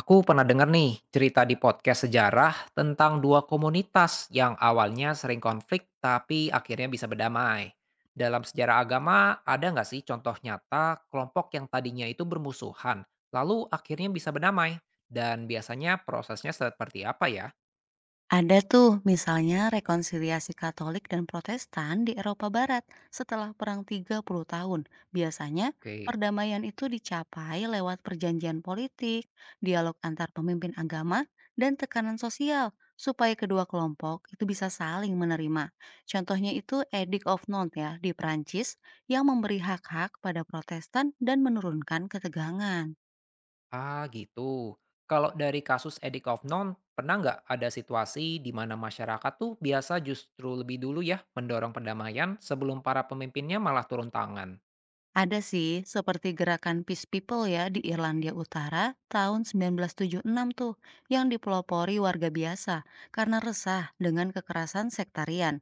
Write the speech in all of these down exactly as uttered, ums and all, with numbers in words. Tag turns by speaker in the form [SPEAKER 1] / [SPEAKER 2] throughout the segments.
[SPEAKER 1] Aku pernah dengar nih cerita di podcast sejarah tentang dua komunitas yang awalnya sering konflik tapi akhirnya bisa berdamai. Dalam sejarah agama ada nggak sih contoh nyata kelompok yang tadinya itu bermusuhan lalu akhirnya bisa berdamai? Dan biasanya prosesnya seperti apa ya?
[SPEAKER 2] Ada tuh misalnya rekonsiliasi Katolik dan Protestan di Eropa Barat setelah Perang Tiga Puluh tahun. Biasanya
[SPEAKER 1] Oke,
[SPEAKER 2] perdamaian itu dicapai lewat perjanjian politik, dialog antar pemimpin agama, dan tekanan sosial supaya kedua kelompok itu bisa saling menerima. Contohnya itu Edict of Nantes ya di Prancis yang memberi hak-hak pada Protestan dan menurunkan ketegangan.
[SPEAKER 1] ah gitu. Kalau dari kasus Edict of Non, pernah nggak ada situasi di mana masyarakat tuh biasa justru lebih dulu ya mendorong perdamaian sebelum para pemimpinnya malah turun tangan?
[SPEAKER 2] Ada sih, seperti gerakan Peace People ya di Irlandia Utara tahun sembilan belas tujuh enam tuh, yang dipelopori warga biasa karena resah dengan kekerasan sektarian.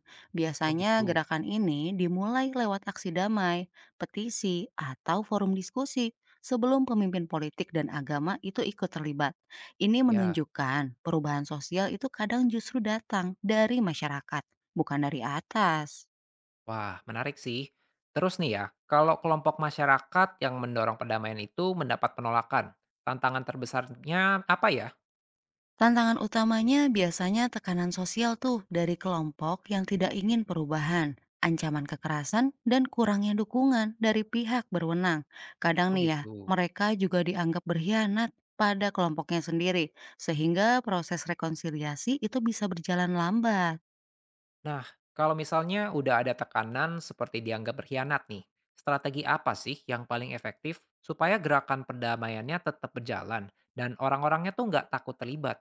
[SPEAKER 1] Oh
[SPEAKER 2] Biasanya
[SPEAKER 1] gitu,
[SPEAKER 2] gerakan ini dimulai lewat aksi damai, petisi, atau forum diskusi sebelum pemimpin politik dan agama itu ikut terlibat. Ini
[SPEAKER 1] ya.
[SPEAKER 2] menunjukkan perubahan sosial itu kadang justru datang dari masyarakat, bukan dari atas.
[SPEAKER 1] Wah, menarik sih. Terus nih ya, kalau kelompok masyarakat yang mendorong perdamaian itu mendapat penolakan, tantangan terbesarnya apa ya?
[SPEAKER 2] Tantangan utamanya biasanya tekanan sosial tuh dari kelompok yang tidak ingin perubahan, ancaman kekerasan, dan kurangnya dukungan dari pihak berwenang. Kadang
[SPEAKER 1] Oh
[SPEAKER 2] nih ya,
[SPEAKER 1] gitu.
[SPEAKER 2] mereka juga dianggap berkhianat pada kelompoknya sendiri, sehingga proses rekonsiliasi itu bisa berjalan lambat.
[SPEAKER 1] Nah, kalau misalnya udah ada tekanan seperti dianggap berkhianat nih, strategi apa sih yang paling efektif supaya gerakan perdamaiannya tetap berjalan dan orang-orangnya tuh nggak takut terlibat?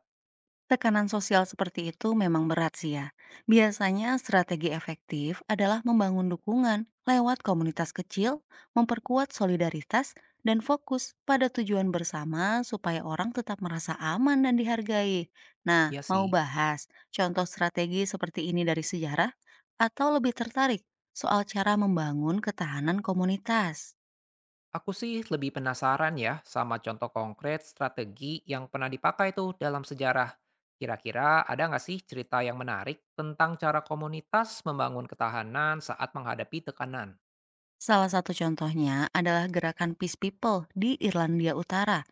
[SPEAKER 2] Tekanan sosial seperti itu memang berat sih ya. Biasanya strategi efektif adalah membangun dukungan lewat komunitas kecil, memperkuat solidaritas, dan fokus pada tujuan bersama supaya orang tetap merasa aman dan dihargai. Nah,
[SPEAKER 1] Iya
[SPEAKER 2] mau
[SPEAKER 1] sih.
[SPEAKER 2] bahas contoh strategi seperti ini dari sejarah atau lebih tertarik soal cara membangun ketahanan komunitas?
[SPEAKER 1] Aku sih lebih penasaran ya sama contoh konkret strategi yang pernah dipakai tuh dalam sejarah. Kira-kira ada nggak sih cerita yang menarik tentang cara komunitas membangun ketahanan saat menghadapi tekanan?
[SPEAKER 2] Salah satu contohnya adalah gerakan Peace People di Irlandia Utara.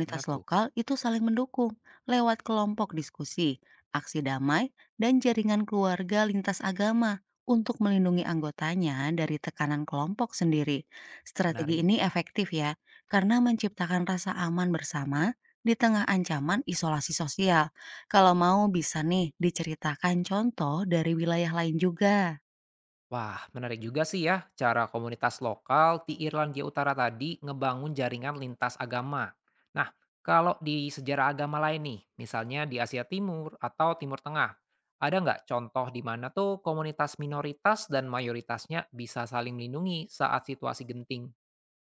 [SPEAKER 1] Gimana tuh?
[SPEAKER 2] lokal itu saling mendukung lewat kelompok diskusi, aksi damai, dan jaringan keluarga lintas agama untuk melindungi anggotanya dari tekanan kelompok sendiri. Strategi
[SPEAKER 1] Menarik.
[SPEAKER 2] ini efektif ya, karena menciptakan rasa aman bersama di tengah ancaman isolasi sosial. Kalau mau bisa nih diceritakan contoh dari wilayah lain juga.
[SPEAKER 1] Wah, menarik juga sih ya cara komunitas lokal di Irlandia Utara tadi ngebangun jaringan lintas agama. Nah, kalau di sejarah agama lain nih, misalnya di Asia Timur atau Timur Tengah, ada nggak contoh di mana tuh komunitas minoritas dan mayoritasnya bisa saling melindungi saat situasi genting?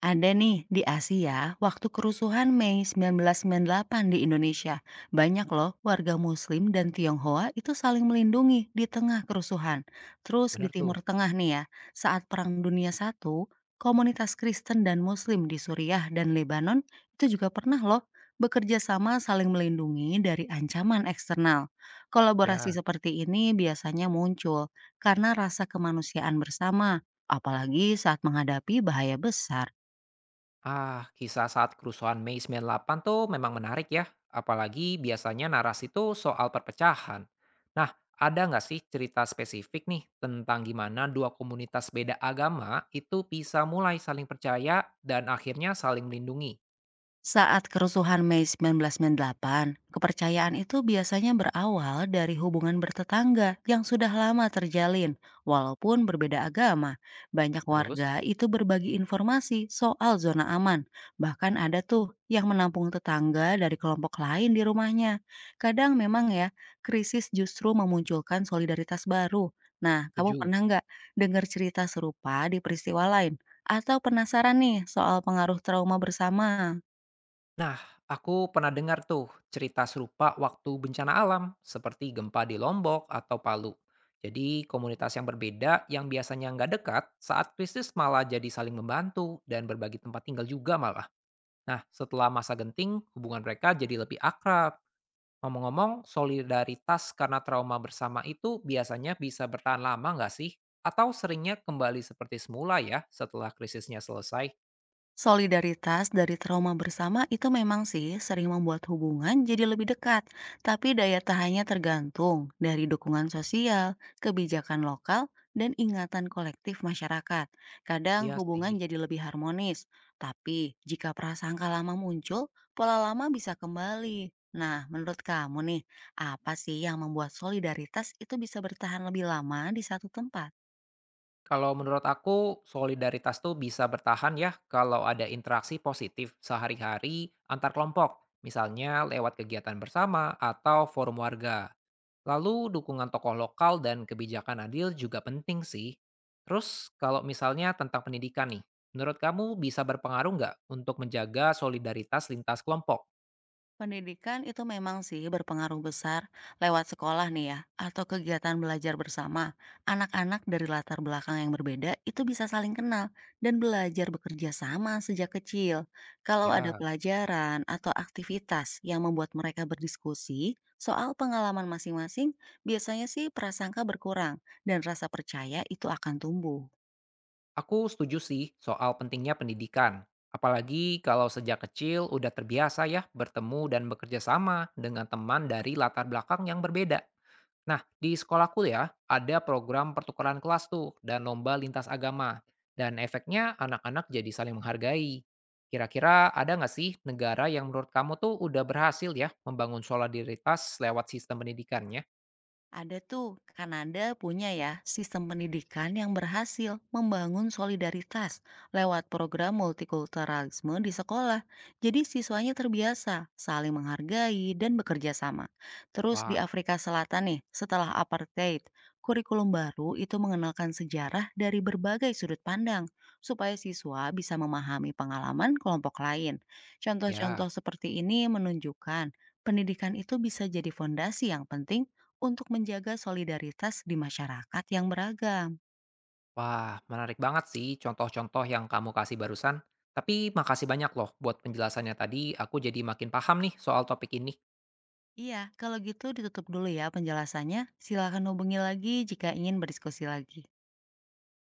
[SPEAKER 2] Ada nih, di Asia, waktu kerusuhan Mei seribu sembilan ratus sembilan puluh delapan di Indonesia, banyak loh warga Muslim dan Tionghoa itu saling melindungi di tengah kerusuhan. Terus di
[SPEAKER 1] Bener tuh,
[SPEAKER 2] Timur Tengah nih ya, saat Perang Dunia Satu, komunitas Kristen dan Muslim di Suriah dan Lebanon itu juga pernah loh bekerja sama saling melindungi dari ancaman eksternal. Kolaborasi
[SPEAKER 1] ya.
[SPEAKER 2] seperti ini biasanya muncul karena rasa kemanusiaan bersama, apalagi saat menghadapi bahaya besar.
[SPEAKER 1] Ah, kisah saat kerusuhan Mei sembilan puluh delapan tuh memang menarik ya, apalagi biasanya narasi itu soal perpecahan. Nah, ada nggak sih cerita spesifik nih tentang gimana dua komunitas beda agama itu bisa mulai saling percaya dan akhirnya saling melindungi?
[SPEAKER 2] Saat kerusuhan Mei seribu sembilan ratus sembilan puluh delapan, kepercayaan itu biasanya berawal dari hubungan bertetangga yang sudah lama terjalin, walaupun berbeda agama. Banyak
[SPEAKER 1] Terus,
[SPEAKER 2] warga itu berbagi informasi soal zona aman, bahkan ada tuh yang menampung tetangga dari kelompok lain di rumahnya. Kadang memang ya, krisis justru memunculkan solidaritas baru. Nah, kamu
[SPEAKER 1] setuju?
[SPEAKER 2] pernah nggak dengar cerita serupa di peristiwa lain? Atau penasaran nih soal pengaruh trauma bersama?
[SPEAKER 1] Nah, aku pernah dengar tuh cerita serupa waktu bencana alam, seperti gempa di Lombok atau Palu. Jadi komunitas yang berbeda yang biasanya nggak dekat, saat krisis malah jadi saling membantu dan berbagi tempat tinggal juga malah. Nah, setelah masa genting, hubungan mereka jadi lebih akrab. Ngomong-ngomong, solidaritas karena trauma bersama itu biasanya bisa bertahan lama nggak sih? Atau seringnya kembali seperti semula ya setelah krisisnya selesai?
[SPEAKER 2] Solidaritas dari trauma bersama itu memang sih sering membuat hubungan jadi lebih dekat, tapi daya tahannya tergantung dari dukungan sosial, kebijakan lokal, dan ingatan kolektif masyarakat. Kadang
[SPEAKER 1] Iya sih.
[SPEAKER 2] hubungan jadi lebih harmonis, tapi jika prasangka lama muncul, pola lama bisa kembali. Nah, menurut kamu nih, apa sih yang membuat solidaritas itu bisa bertahan lebih lama di satu tempat?
[SPEAKER 1] Kalau menurut aku, solidaritas tuh bisa bertahan ya kalau ada interaksi positif sehari-hari antar kelompok, misalnya lewat kegiatan bersama atau forum warga. Lalu dukungan tokoh lokal dan kebijakan adil juga penting sih. Terus kalau misalnya tentang pendidikan nih, menurut kamu bisa berpengaruh nggak untuk menjaga solidaritas lintas kelompok?
[SPEAKER 2] Pendidikan itu memang sih berpengaruh besar lewat sekolah nih ya, atau kegiatan belajar bersama. Anak-anak dari latar belakang yang berbeda itu bisa saling kenal dan belajar bekerja sama sejak kecil. Kalau ada
[SPEAKER 1] Ya.
[SPEAKER 2] pelajaran atau aktivitas yang membuat mereka berdiskusi soal pengalaman masing-masing, biasanya sih prasangka berkurang dan rasa percaya itu akan tumbuh.
[SPEAKER 1] Aku setuju sih soal pentingnya pendidikan. Apalagi kalau sejak kecil udah terbiasa ya bertemu dan bekerja sama dengan teman dari latar belakang yang berbeda. Nah, di sekolahku ya ada program pertukaran kelas tuh dan lomba lintas agama. Dan efeknya anak-anak jadi saling menghargai. Kira-kira ada nggak sih negara yang menurut kamu tuh udah berhasil ya membangun solidaritas lewat sistem pendidikannya?
[SPEAKER 2] Ada tuh, Kanada punya ya sistem pendidikan yang berhasil membangun solidaritas lewat program multikulturalisme di sekolah. Jadi siswanya terbiasa saling menghargai dan bekerja sama. Terus di
[SPEAKER 1] Wah,
[SPEAKER 2] Afrika Selatan nih, setelah apartheid, kurikulum baru itu mengenalkan sejarah dari berbagai sudut pandang supaya siswa bisa memahami pengalaman kelompok lain.
[SPEAKER 1] ya.
[SPEAKER 2] Contoh-contoh seperti ini menunjukkan pendidikan itu bisa jadi fondasi yang penting untuk menjaga solidaritas di masyarakat yang beragam.
[SPEAKER 1] Wah, menarik banget sih contoh-contoh yang kamu kasih barusan. Tapi makasih banyak loh buat penjelasannya tadi, aku jadi makin paham nih soal topik ini.
[SPEAKER 2] Iya, kalau gitu ditutup dulu ya penjelasannya. Silakan hubungi lagi jika ingin berdiskusi lagi.